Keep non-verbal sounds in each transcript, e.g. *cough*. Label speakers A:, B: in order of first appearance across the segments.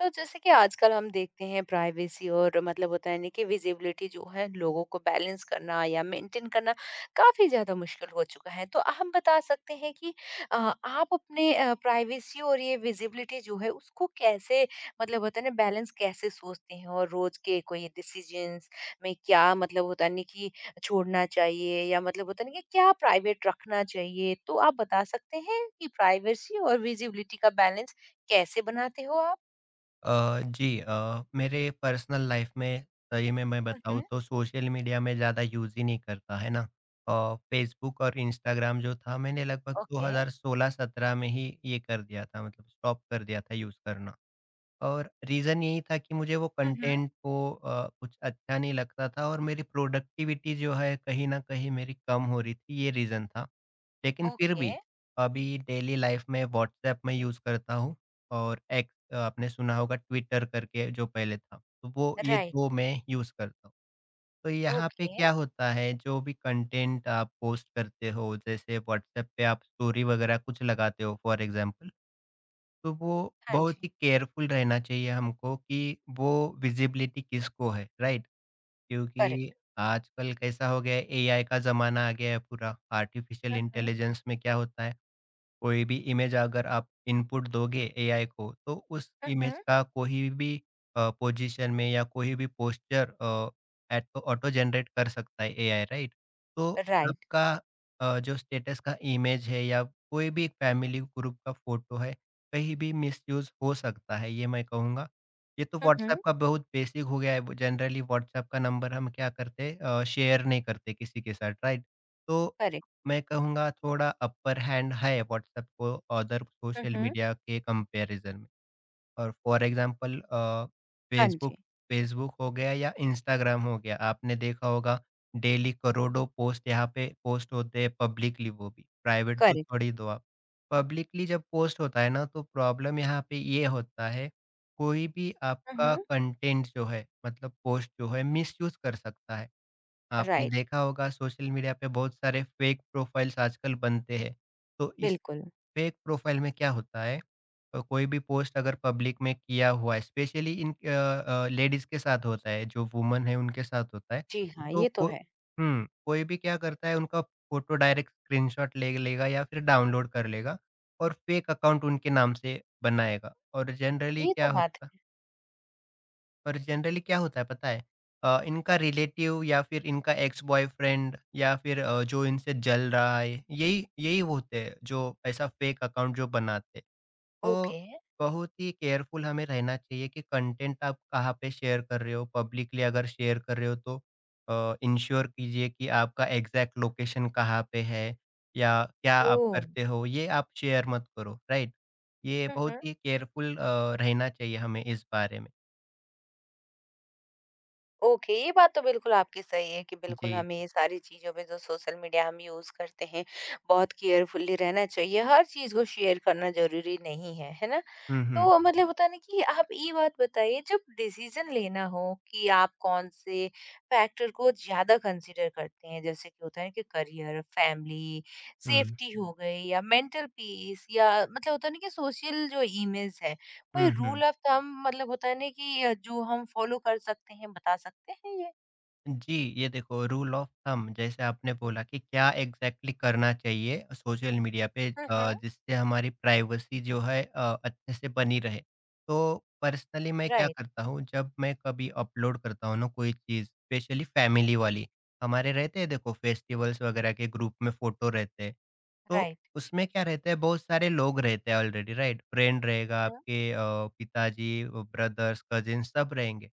A: तो जैसे कि आजकल हम देखते हैं प्राइवेसी और मतलब होता है ना कि विजिबिलिटी जो है लोगों को बैलेंस करना या मेंटेन करना काफी ज्यादा मुश्किल हो चुका है तो हम बता सकते हैं कि अ, आप अपने प्राइवेसी और ये विजिबिलिटी जो है उसको कैसे मतलब होता है ना बैलेंस कैसे सोचते हैं और रोज के कोई डिसीजंस में क्या मतलब होता है ना कि छोड़ना चाहिए या मतलब होता है ना कि क्या प्राइवेट रखना चाहिए तो आप बता सकते हैं कि प्राइवेसी और विजिबिलिटी का बैलेंस कैसे बनाते हो आप।
B: जी मेरे पर्सनल लाइफ में सही में मैं बताऊँ तो सोशल मीडिया में ज़्यादा यूज़ ही नहीं करता, है ना? फ़ेसबुक और इंस्टाग्राम जो था मैंने लगभग
A: ओके।
B: 2016-17 में ही ये कर दिया था मतलब स्टॉप कर दिया था यूज़ करना। और रीज़न यही था कि मुझे वो
A: हुँ, हुँ।
B: कंटेंट को कुछ अच्छा नहीं लगता था और मेरी प्रोडक्टिविटी जो है कहीं न कहीं मेरी कम हो रही थी, ये रीज़न था। लेकिन फिर
A: ओके,
B: भी अभी डेली लाइफ़ में व्हाट्सऐप मैं यूज़ करता हूँ और एक्स आपने सुना होगा ट्विटर करके जो पहले था, तो वो ये
A: राइट,
B: 2 मैं यूज़ करता हूँ। तो यहाँ पे
A: ओके,
B: क्या होता है जो भी कंटेंट आप पोस्ट करते हो जैसे व्हाट्सऐप पे आप स्टोरी वगैरह कुछ लगाते हो फॉर एग्ज़ाम्पल तो वो
A: हाँ
B: बहुत
A: जी,
B: ही केयरफुल रहना चाहिए हमको कि वो विजिबिलिटी किसको है, राइट? क्योंकि
A: करेक्ट।
B: आजकल कैसा हो गया है एआई का ज़माना आ गया है पूरा, आर्टिफ़िशियल
A: हुँ, हुँ,
B: इंटेलिजेंस में क्या होता है कोई भी इमेज अगर आप इनपुट दोगे एआई को तो उस
A: हुँ,
B: इमेज
A: हुँ,
B: का कोई भी पोजीशन में या कोई भी पोस्चर ऑटो जनरेट कर सकता है एआई राइट। तो
A: राइट,
B: आपका जो स्टेटस का इमेज है या कोई भी फैमिली ग्रुप का फोटो है कहीं भी मिसयूज हो सकता है ये मैं कहूँगा। ये तो
A: हुँ,
B: व्हाट्सएप
A: हुँ,
B: का बहुत बेसिक हो गया है, जनरली व्हाट्सएप का नंबर हम क्या करते हैं शेयर नहीं करते किसी के साथ, राइट? तो
A: करेक्ट,
B: मैं कहूँगा थोड़ा अपर हैंड है व्हाट्सएप को अदर
A: हुँ,
B: सोशल
A: हुँ,
B: मीडिया के कंपैरिजन में। और फॉर एग्ज़ाम्पल
A: हाँ जी,
B: फेसबुक फेसबुक हो गया या इंस्टाग्राम हो गया, आपने देखा होगा डेली करोड़ों पोस्ट यहाँ पे पोस्ट होते हैं पब्लिकली वो भी, प्राइवेट तो
A: करेक्ट,
B: छोड़ ही दो आप। पब्लिकली जब पोस्ट होता है ना तो प्रॉब्लम यहाँ पे ये होता है, कोई भी
A: हुँ,
B: आपका
A: हुँ,
B: कंटेंट जो है मतलब पोस्ट जो है मिसयूज़ कर सकता है। आपने
A: राइट,
B: देखा होगा सोशल मीडिया पे बहुत सारे फेक प्रोफाइल्स आजकल बनते हैं। तो इस
A: बिल्कुल।
B: फेक प्रोफाइल में क्या होता है कोई भी पोस्ट अगर पब्लिक में किया हुआ है स्पेशली इन लेडीज़ के साथ होता है, जो वुमन है उनके साथ होता है।
A: जी हाँ,
B: तो
A: ये तो
B: को
A: है,
B: हुँ, कोई भी क्या करता है उनका फ़ोटो डायरेक्ट स्क्रीनशॉट ले लेगा या फिर डाउनलोड कर लेगा और फेक अकाउंट उनके नाम से बनाएगा।
A: ये तो बात है।
B: और जनरली क्या होता है पता है? इनका रिलेटिव या फिर इनका एक्स बॉयफ्रेंड या फिर जो इनसे जल रहा है, यही यही होते हैं जो ऐसा फेक अकाउंट जो बनाते हैं। तो
A: ओके,
B: बहुत ही केयरफुल हमें रहना चाहिए कि कंटेंट आप कहाँ पे शेयर कर रहे हो, पब्लिकली अगर शेयर कर रहे हो तो इंश्योर कीजिए कि आपका एग्जैक्ट लोकेशन कहाँ पे है या क्या आप
A: ओह!
B: करते हो, ये आप शेयर मत करो, राइट? ये
A: हुँ,
B: बहुत
A: हुँ।
B: ही केयरफुल रहना चाहिए हमें इस बारे में।
A: ओके, ये बात तो बिल्कुल आपकी सही है कि बिल्कुल
B: जी।
A: हमें ये सारी चीज़ों में जो सोशल मीडिया हम यूज़ करते हैं, बहुत केयरफुली रहना चाहिए। हर चीज़ को शेयर करना ज़रूरी नहीं है, है ना?
B: हुँ, हुँ।
A: तो मतलब होता है ना कि आप ये बात बताइए जब डिसीज़न लेना हो कि आप कौन से फैक्टर को ज़्यादा कंसीडर करते हैं? जैसे कि होता है कि करियर, फैमिली,
B: हुँ।
A: सेफ्टी हो गई या मेंटल पीस या मतलब होता है ना कि सोशल जो इमेज है, कोई
B: हुँ, हुँ।
A: रूल ऑफ थंब मतलब होता है ना कि जो हम फॉलो कर सकते हैं, बता सकते हैं ये?
B: जी, ये देखो रूल ऑफ थंब जैसे आपने बोला कि क्या एग्ज़ैक्टली करना चाहिए सोशल मीडिया पे
A: हुँ, हुँ।
B: जिससे हमारी प्राइवेसी जो है अच्छे से बनी रहे। तो पर्सनली मैं क्या
A: राइट,
B: करता हूँ जब मैं कभी अपलोड करता हूँ ना कोई चीज़ स्पेशली फैमिली वाली, हमारे रहते हैं देखो फेस्टिवल्स वगैरह के ग्रुप में फ़ोटो रहते हैं। तो
A: राइट।
B: उसमें क्या रहता है, बहुत सारे लोग रहते हैं ऑलरेडी, राइट? फ्रेंड रहेगा
A: हुँ, हुँ।
B: आपके पिताजी, ब्रदर्स, कज़िन्स सब रहेंगे।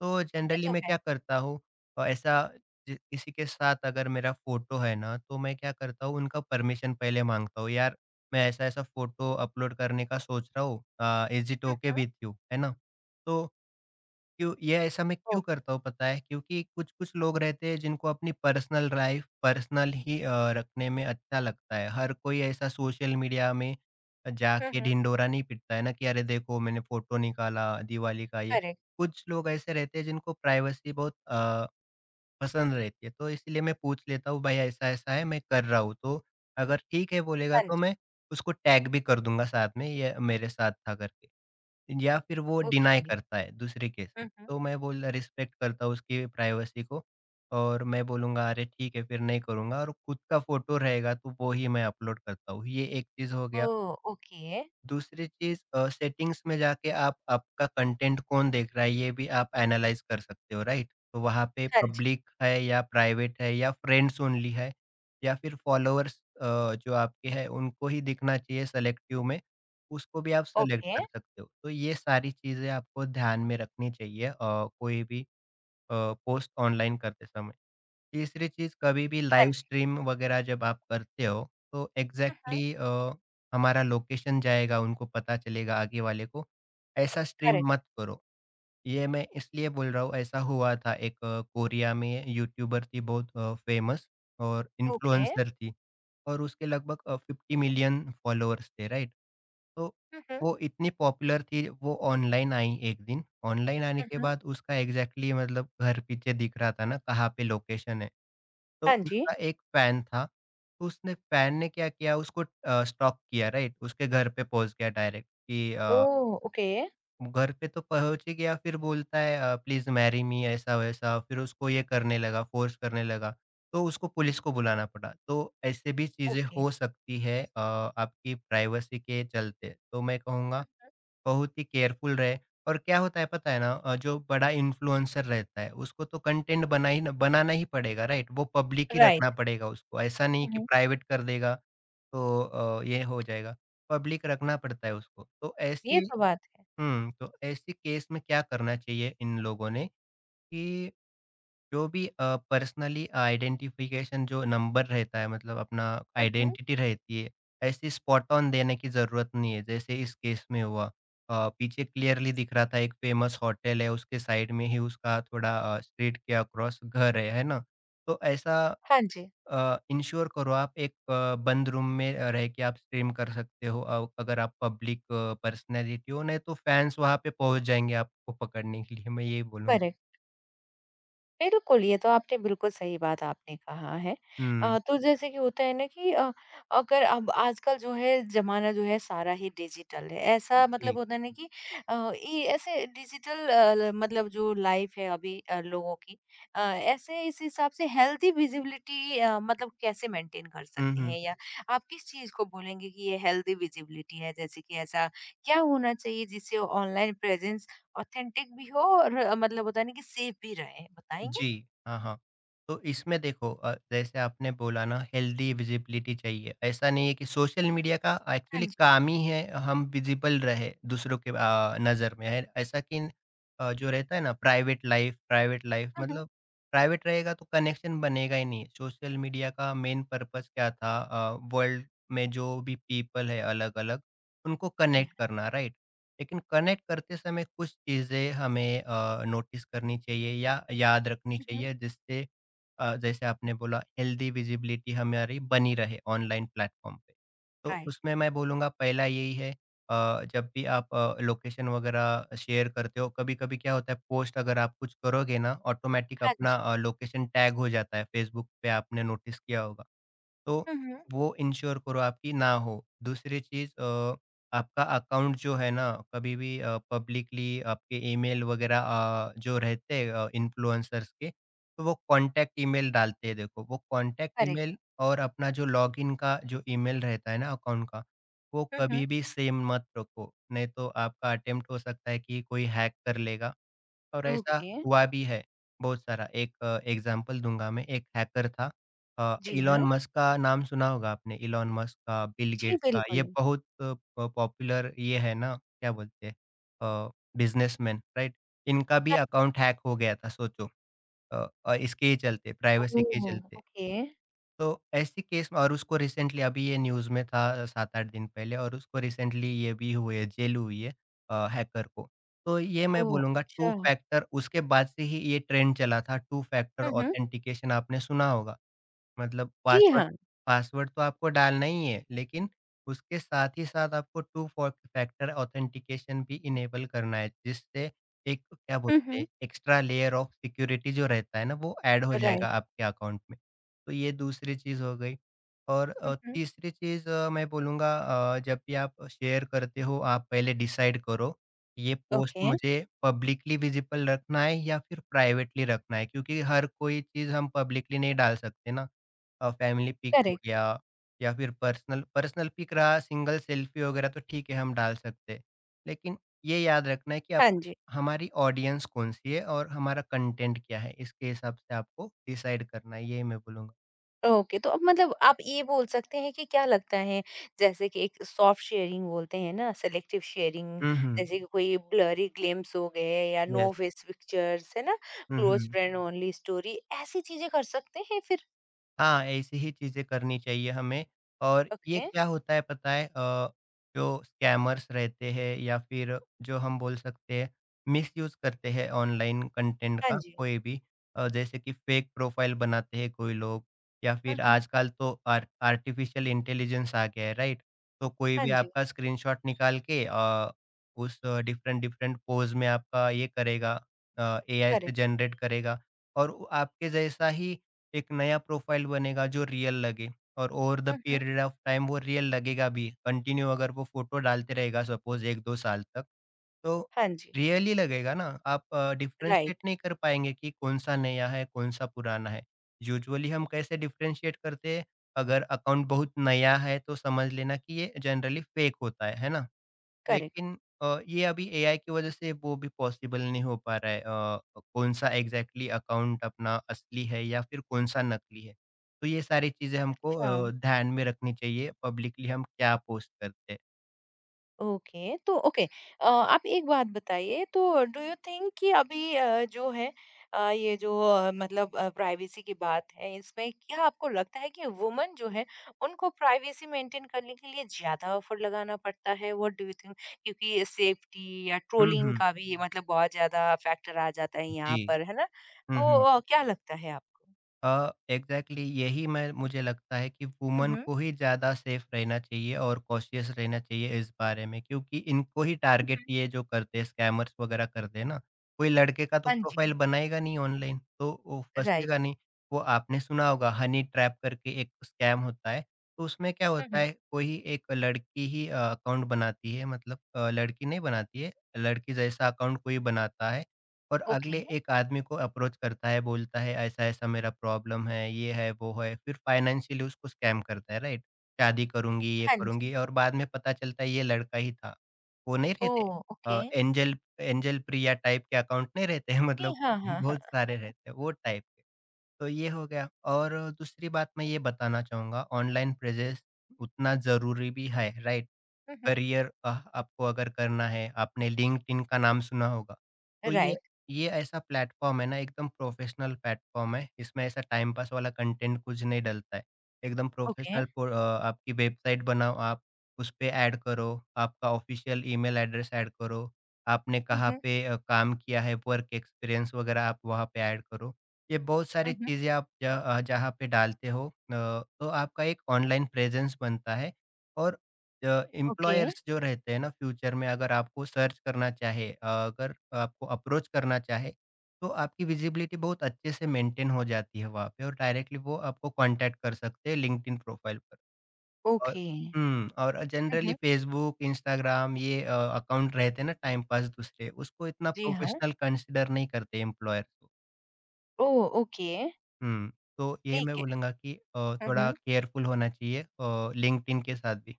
B: तो
A: ये
B: जनरली
A: तो
B: मैं
A: है।
B: क्या करता हूँ अ, ऐसा किसी के साथ अगर मेरा फोटो है ना तो मैं क्या करता हूँ उनका परमिशन पहले मांगता हूँ, यार मैं ऐसा ऐसा फोटो अपलोड करने का सोच रहा हूँ, इज इट
A: हुँ,
B: ओके
A: हुँ।
B: विथ यू, है ना? तो क्यों ये ऐसा मैं क्यों
A: ओके।
B: करता हूँ पता है, क्योंकि कुछ-कुछ लोग रहते हैं जिनको अपनी पर्सनल लाइफ पर्सनल ही रखने में अच्छा लगता है। हर कोई ऐसा सोशल मीडिया में
A: हुँ,
B: जाके
A: हुँ।
B: ढिंढोरा नहीं पीटता है ना कि अरे देखो मैंने फ़ोटो निकाला दिवाली का ये।
A: करेक्ट।
B: कुछ लोग ऐसे रहते हैं जिनको प्राइवेसी बहुत पसंद रहती है तो इसलिए मैं पूछ लेता हूँ, भाई ऐसा-ऐसा है मैं कर रहा हूँ, तो अगर ठीक है बोलेगा
A: हाँ
B: तो
A: जी।
B: मैं उसको टैग भी कर दूँगा साथ में ये मेरे साथ था करके। या फिर वो डिनाई
A: ओके।
B: करता है दूसरे केस
A: हुँ,
B: में।
A: हुँ।
B: तो मैं बोल रिस्पेक्ट करता हूँ उसकी प्राइवेसी को और मैं बोलूँगा अरे ठीक है फिर नहीं करूँगा और खुद का फ़ोटो रहेगा तो वो ही मैं अपलोड करता हूँ। ये एक चीज़ हो गया।
A: ओह! ओके।
B: दूसरी चीज़, सेटिंग्स में जाके आप आपका कंटेंट कौन देख रहा है, ये भी आप एनालाइज़ कर सकते हो, राइट? तो वहाँ पे
A: हाँ जी।
B: पब्लिक है या प्राइवेट है या फ्रेंड्स ओनली है या फिर फॉलोअर्स जो आपके हैं उनको ही दिखना चाहिए सेलेक्टिव में, उसको भी आप सेलेक्ट
A: ओके।
B: कर सकते हो। तो ये सारी चीज़ें आपको ध्यान में रखनी चाहिए कोई भी पोस्ट ऑनलाइन करते समय। तीसरी चीज़, कभी भी
A: हाँ
B: लाइव
A: जी।
B: स्ट्रीम वगैरह जब आप करते हो, तो
A: हुँ, हुँ।
B: एग्ज़ैक्टली हमारा लोकेशन जाएगा, उनको पता चलेगा आगे वाले को, ऐसा स्ट्रीम
A: करेक्ट।
B: मत करो। ये मैं इसलिए बोल रहा हूँ, ऐसा हुआ था, एक कोरिया में यूट्यूबर थी बहुत फ़ेमस और
A: ओके।
B: इन्फ्लुएंसर थी। और उसके लगभग 50 मिलियन फॉलोअर्स थे, राइट? तो
A: हुँ, हुँ।
B: वो इतनी पॉपुलर थी, वो ऑनलाइन आई एक दिन। ऑनलाइन आने
A: हुँ,
B: के
A: हुँ।
B: बाद उसका एग्ज़ैक्टली मतलब घर पीछे दिख रहा था ना, कहाँ पे लोकेशन है। तो
A: हाँ जी।
B: उसका एक फ़ैन था, तो उसने, फ़ैन ने क्या किया, उसको स्टॉक किया, राइट? उसके घर पे पहुँच गया डायरेक्ट कि
A: ओह! ओके,
B: घर पे तो पहुँच ही गया, फिर बोलता है प्लीज़ मैरी मी ऐसा-वैसा, फिर उसको ये करने लगा, फ़ोर्स करने लगा, तो उसको पुलिस को बुलाना पड़ा। तो ऐसे भी चीज़ें
A: ओके।
B: हो सकती है आपकी प्राइवेसी के चलते। तो मैं
A: हुँ,
B: कहूँगा
A: हुँ।
B: बहुत ही केयरफुल रहे और क्या होता है पता है ना जो बड़ा इन्फ्लुएंसर रहता है उसको तो कंटेंट बना ही न बनाना ही पड़ेगा, राइट? वो पब्लिक ही
A: राइट।
B: रखना पड़ेगा उसको, ऐसा नहीं
A: हुँ,
B: कि
A: हुँ।
B: प्राइवेट कर देगा तो ये हो जाएगा, पब्लिक रखना पड़ता है उसको।
A: ये तो बात है।
B: तो ऐसे केस में क्या करना चाहिए इन लोगों ने कि जो भी पर्सनली आइडेंटिफ़िकेशन जो नंबर रहता है मतलब अपना
A: हुँ, हुँ।
B: आइडेंटिटी रहती है, ऐसी स्पॉट ऑन देने की ज़रूरत नहीं है, जैसे इस केस में हुआ। पीछे क्लियरली दिख रहा था एक फेमस होटल है, उसके साइड में ही उसका थोड़ा स्ट्रीट के अक्रॉस घर है ना? तो ऐसा
A: हाँ जी,
B: इंश्योर करो आप एक बंद रूम में रह के आप स्ट्रीम कर सकते हो अगर आप पब्लिक पर्सनैलिटी हो, नहीं तो फैन्स वहाँ पे पहुँच जाएँगे आपको पकड़ने के लिए, मैं यही बोलूँगा।
A: करेक्ट। बिल्कुल, ये तो आपने बिल्कुल सही बात आपने कहा है।
B: हुँ,
A: तो जैसे कि होता है ना कि अगर अब आजकल जो है ज़माना जो है सारा ही डिजिटल है। ऐसा मतलब
B: जी।
A: होता है ना कि ये ऐसे डिजिटल अ, ल मतलब जो लाइफ़ है अभी लोगों की अ, ऐसे इस हिसाब से हेल्दी विज़िबिलिटी मतलब कैसे मेंटेन कर
B: हुँ,
A: सकते
B: हुँ।
A: हैं? या आप किस चीज़ को बोलेंगे कि ये हेल्दी विज़िबिलिटी है? जैसे कि ऐसा क्या होना चाहिए जिससे ऑनलाइन प्रेज़ेंस ऑथेंटिक भी हो और मतलब होता है ना कि सेफ भी रहे, बताएँगे?
B: जी, हाँ, हाँ। तो इसमें देखो जैसे आपने बोला ना हेल्दी विज़िबिलिटी चाहिए, ऐसा नहीं है कि सोशल मीडिया का
A: हाँ
B: एक्चुअली
A: जी।
B: काम ही है हम विज़िबल रहे दूसरों के नज़र में है, ऐसा कि जो रहता है ना प्राइवेट लाइफ़
A: हुँ, हुँ।
B: मतलब प्राइवेट रहेगा तो कनेक्शन बनेगा ही नहीं। सोशल मीडिया का मेन पर्पज़ क्या था, वर्ल्ड में जो भी पीपल है अलग-अलग उनको
A: जी
B: कनेक्ट
A: हाँ।
B: करना, राइट? लेकिन कनेक्ट करते समय कुछ चीज़ें हमें नोटिस करनी चाहिए या याद रखनी
A: हुँ, हुँ।
B: चाहिए जिससे जैसे आपने बोला हेल्दी विजिबिलिटी हमारी बनी रहे ऑनलाइन प्लेटफॉर्म पे। तो
A: राइट,
B: उसमें मैं बोलूँगा पहला यही है, जब भी आप लोकेशन वगैरह शेयर करते हो, कभी-कभी क्या होता है पोस्ट अगर आप कुछ करोगे ना ऑटोमैटिक
A: हाँ
B: अपना
A: जी।
B: लोकेशन टैग हो जाता है फेसबुक पे, आपने नोटिस किया होगा। तो
A: हुँ, हुँ।
B: वो इंश्योर करो आपकी ना हो। दूसरी चीज़, आपका अकाउंट जो है ना कभी भी पब्लिकली आपके ईमेल वगैरह जो रहते हैं इन्फ्लुएंसर्स के तो वो कांटेक्ट ईमेल डालते हैं, देखो वो कांटेक्ट
A: करेक्ट।
B: ईमेल और अपना जो लॉगिन का जो ईमेल रहता है ना अकाउंट का, वो
A: हुँ,
B: कभी
A: हुँ।
B: भी सेम मत रखो, नहीं तो आपका अटेम्प्ट हो सकता है कि कोई हैक कर लेगा। और ऐसा
A: ओके,
B: हुआ भी है बहुत सारा। एक एग्ज़ाम्पल दूँगा मैं, एक हैकर था
A: जी
B: इलॉन
A: हाँ।
B: मस्क का नाम सुना होगा आपने, इलॉन मस्क का, बिल
A: जी,
B: गेट्स का, ये
A: बिल्कुल।
B: बहुत अ, प पॉपुलर ये है ना, क्या बोलते हैं अ, बिज़नेसमैन, राइट? इनका भी
A: अ,
B: अकाउंट हैक हो गया था सोचो। इसके ही चलते, प्राइवेसी के ही
A: ओह!
B: चलते।
A: ओके।
B: तो ऐसी केस में, और उसको रिसेंटली अभी ये न्यूज़ में था 7-8 दिन पहले और उसको रिसेंटली ये भी हुई है, जेल हुई है हैकर को। तो ये मैं
A: ओह!
B: बोलूँगा टू
A: अच्छा।
B: फैक्टर उसके बाद से ही ये ट्रेंड चला था, टू फैक्टर
A: हुँ, हुँ।
B: ऑथेंटिकेशन आपने सुना होगा। मतलब
A: जी
B: पासवर्ड
A: हाँ।
B: पासवर्ड तो आपको डालना ही है, लेकिन उसके साथ ही साथ आपको टू फॉ फैक्टर ऑथेंटिकेशन भी इनेबल करना है, जिससे एक क्या
A: हुँ,
B: बोलते
A: हुँ।
B: हैं, एक्स्ट्रा लेयर ऑफ सिक्योरिटी जो रहता है ना, वो ऐड हो
A: राइट।
B: जाएगा आपके अकाउंट में। तो ये दूसरी चीज़ हो गई और
A: हुँ, हुँ।
B: तीसरी चीज़ मैं बोलूँगा जब भी आप शेयर करते हो, आप पहले डिसाइड करो, ये पोस्ट
A: ओके,
B: मुझे पब्लिकली विज़िबल रखना है या फिर प्राइवेटली रखना है, क्योंकि हर कोई चीज़ हम पब्लिकली नहीं डाल सकते ना। फैमिली पिक हो
A: करेक्ट।
B: गया या फिर पर्सनल पर्सनल पिक रहा सिंगल सेल्फी वगैरह तो ठीक है हम डाल सकते हैं। लेकिन ये याद रखना है कि आप
A: हाँ जी।
B: हमारी ऑडियंस कौन-सी है और हमारा कंटेंट क्या है? इसके हिसाब से आपको डिसाइड करना है, ये मैं बोलूँगा।
A: ओके तो अब मतलब आप ये बोल सकते हैं कि क्या लगता है जैसे कि एक सॉफ्ट शेयरिंग बोलते हैं ना सेलेक्टिव शेयरिंग
B: हुँ, हुँ।
A: जैसे कि कोई ब्लरी ग्लिम्स हो गए या नो
B: यस।
A: फेस पिक्चर्स है ना
B: हुँ,
A: क्लोज
B: हुँ।
A: फ्रेंड ओनली स्टोरी ऐसी चीजें कर सकते हैं फिर
B: हाँ, ऐसी ही चीज़ें करनी चाहिए हमें और ये
A: ओके।
B: क्या होता है पता है जो स्कैमर्स रहते हैं या फिर जो हम बोल सकते हैं मिसयूज़ करते हैं ऑनलाइन कंटेंट
A: हाँ
B: का
A: जी।
B: कोई भी जैसे कि फेक प्रोफाइल बनाते हैं कोई लोग या फिर
A: हम्म।
B: आजकल तो आर आर्टिफ़िशियल इंटेलिजेंस आ गया है राइट? तो कोई
A: हाँ
B: भी
A: जी।
B: आपका स्क्रीनशॉट निकाल के उस डिफ़रेंट डिफ़रेंट पोज़ में आपका ये करेगा, एआई से
A: करेक्ट।
B: जनरेट करेगा और वो आपके जैसा ही एक नया प्रोफाइल बनेगा जो रियल लगे। और over the
A: hmm.
B: Period of time वो रियल लगेगा भी कंटिन्यू अगर वो फोटो डालते रहेगा सपोज एक दो साल तक, तो
A: हाँ जी।
B: रियल ही लगेगा ना। आप डिफ्रेंशिएट
A: राइट।
B: नहीं कर पाएंगे कि कौन सा नया है कौन सा पुराना है। यूजुअली हम कैसे डिफ्रेंशिएट करते हैं, अगर अकाउंट बहुत नया है तो समझ लेना कि ये जनरली फेक होता है ना।
A: करेक्ट।
B: लेकिन ये अभी एआई की वजह से वो भी पॉसिबल नहीं हो पा रहा है, कौन-सा एग्ज़ैक्टली अकाउंट अपना असली है या फिर कौन-सा नकली है। तो ये सारी चीज़ें हमको
A: अच्छा।
B: ध्यान में रखनी चाहिए पब्लिकली हम क्या पोस्ट करते हैं।
A: ओके तो ओके, आप एक बात बताइए तो डू यू थिंक कि अभी जो है मतलब प्राइवेसी की बात है इसमें क्या आपको लगता है कि वुमन जो है उनको प्राइवेसी मेंटेन करने के लिए ज्यादा एफर्ट लगाना पड़ता है व्हाट डू यू थिंक क्योंकि सेफ्टी या
B: हुँ,
A: ट्रोलिंग
B: हुँ।
A: का भी ये मतलब बहुत ज्यादा फैक्टर आ जाता है यहाँ
B: जी।
A: पर है ना
B: हुँ,
A: तो
B: हुँ।
A: क्या लगता है आपको।
B: एग्जैक्टली यही मैं मुझे लगता है कि वुमन
A: हम्म।
B: को ही ज़्यादा सेफ रहना चाहिए और कॉशियस रहना चाहिए इस बारे में, क्योंकि इनको ही टारगेट
A: मम्म।
B: ये जो करते हैं स्कैमर्स वगैरह करते हैं ना, कोई लड़के का तो
A: हाँ जी।
B: प्रोफाइल बनाएगा नहीं ऑनलाइन, तो वो फँसेगा
A: राइट।
B: नहीं। वो आपने सुना होगा हनी ट्रैप करके एक स्कैम होता है, तो उसमें क्या होता
A: हम्म।
B: है कोई एक लड़की ही अकाउंट बनाती है, मतलब लड़की नहीं बनाती है, लड़की जैसा अकाउंट कोई बनाता है और
A: ओके।
B: अगले एक आदमी को अप्रोच करता है, बोलता है ऐसा-ऐसा मेरा प्रॉब्लम है, ये है, वो है, फिर फाइनेंशियली उसको स्कैम करता है, राइट? शादी करूँगी, ये
A: हाँ जी।
B: करूँगी और बाद में पता चलता है ये लड़का ही था। वो नहीं
A: ओ
B: रहते
A: okay.
B: Angel angel Priya type के अकाउंट नहीं रहते हैं
A: नहीं,
B: मतलब
A: हाँ
B: *laughs*
A: हाँ हाँ।
B: बहुत सारे रहते हैं, वो टाइप के। तो ये हो गया और दूसरी बात मैं ये बताना चाहूँगा ऑनलाइन प्रेजेंस उतना ज़रूरी भी है, राइट?
A: हम्म।
B: करियर आपको अगर करना है, आपने लिंक्डइन का नाम सुना होगा। तो ये
A: राइट,
B: ये ऐसा प्लेटफ़ॉर्म है ना, एकदम प्रोफ़ेशनल प्लेटफ़ॉर्म है, इसमें ऐसा टाइम पास वाला कंटेंट कुछ नहीं डलता है। एकदम
A: ओके।
B: प्रोफ़ेशनल आपकी वेबसाइट बनाओ आप, उसपे ऐड करो, आपका ऑफ़िशियल ईमेल एड्रेस ऐड करो, आपने
A: हुँ,
B: कहाँ
A: हुँ।
B: पे काम किया है, वर्क एक्सपीरियंस वगैरह आप वहाँ पे ऐड करो। ये बहुत सारी
A: हुँ, हुँ।
B: चीज़ें आप जहाँ पे डालते हो तो आपका एक ऑनलाइन प्रेज़ेंस बनता है और
A: ओके,
B: एम्प्लॉयर्स जो रहते हैं ना फ्यूचर में अगर आपको सर्च करना चाहे, अगर आपको अप्रोच करना चाहे तो आपकी विजिबिलिटी बहुत अच्छे से मेंटेन हो जाती है वहाँ पे और डायरेक्टली वो आपको कांटेक्ट कर सकते हैं लिंक्डइन प्रोफाइल पर। और
A: ओके।
B: हम्म, और
A: हुँ,
B: जनरली
A: हुँ।
B: फेसबुक इंस्टाग्राम ये अकाउंट रहते हैं ना टाइम पास दूसरे, उसको इतना
A: जी हाँ।
B: प्रोफेशनल कंसिडर नहीं करते एम्प्लॉयर को।
A: ओह! ओके,
B: हम्म, तो यही मैं
A: ठीक है।
B: बोलूँगा कि
A: हुँ,
B: थोड़ा
A: हुँ।
B: केयरफुल होना चाहिए लिंक्डइन के साथ भी।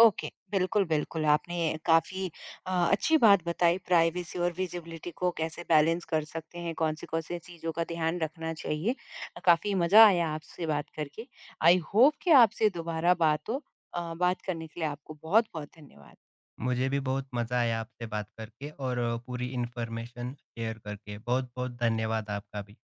A: ओके, बिल्कुल, बिल्कुल, आपने काफ़ी अच्छी बात बताई प्राइवेसी और विज़िबिलिटी को कैसे बैलेंस कर सकते हैं, कौन-सी-कौन सी कौन सी चीज़ों का ध्यान रखना चाहिए। काफ़ी मज़ा आया आपसे बात करके। आई होप कि आपसे दोबारा बात हो। बात करने के लिए आपको बहुत-बहुत धन्यवाद।
B: मुझे भी बहुत मज़ा आया आपसे बात करके और पूरी इन्फॉर्मेशन शेयर करके। बहुत-बहुत धन्यवाद आपका भी।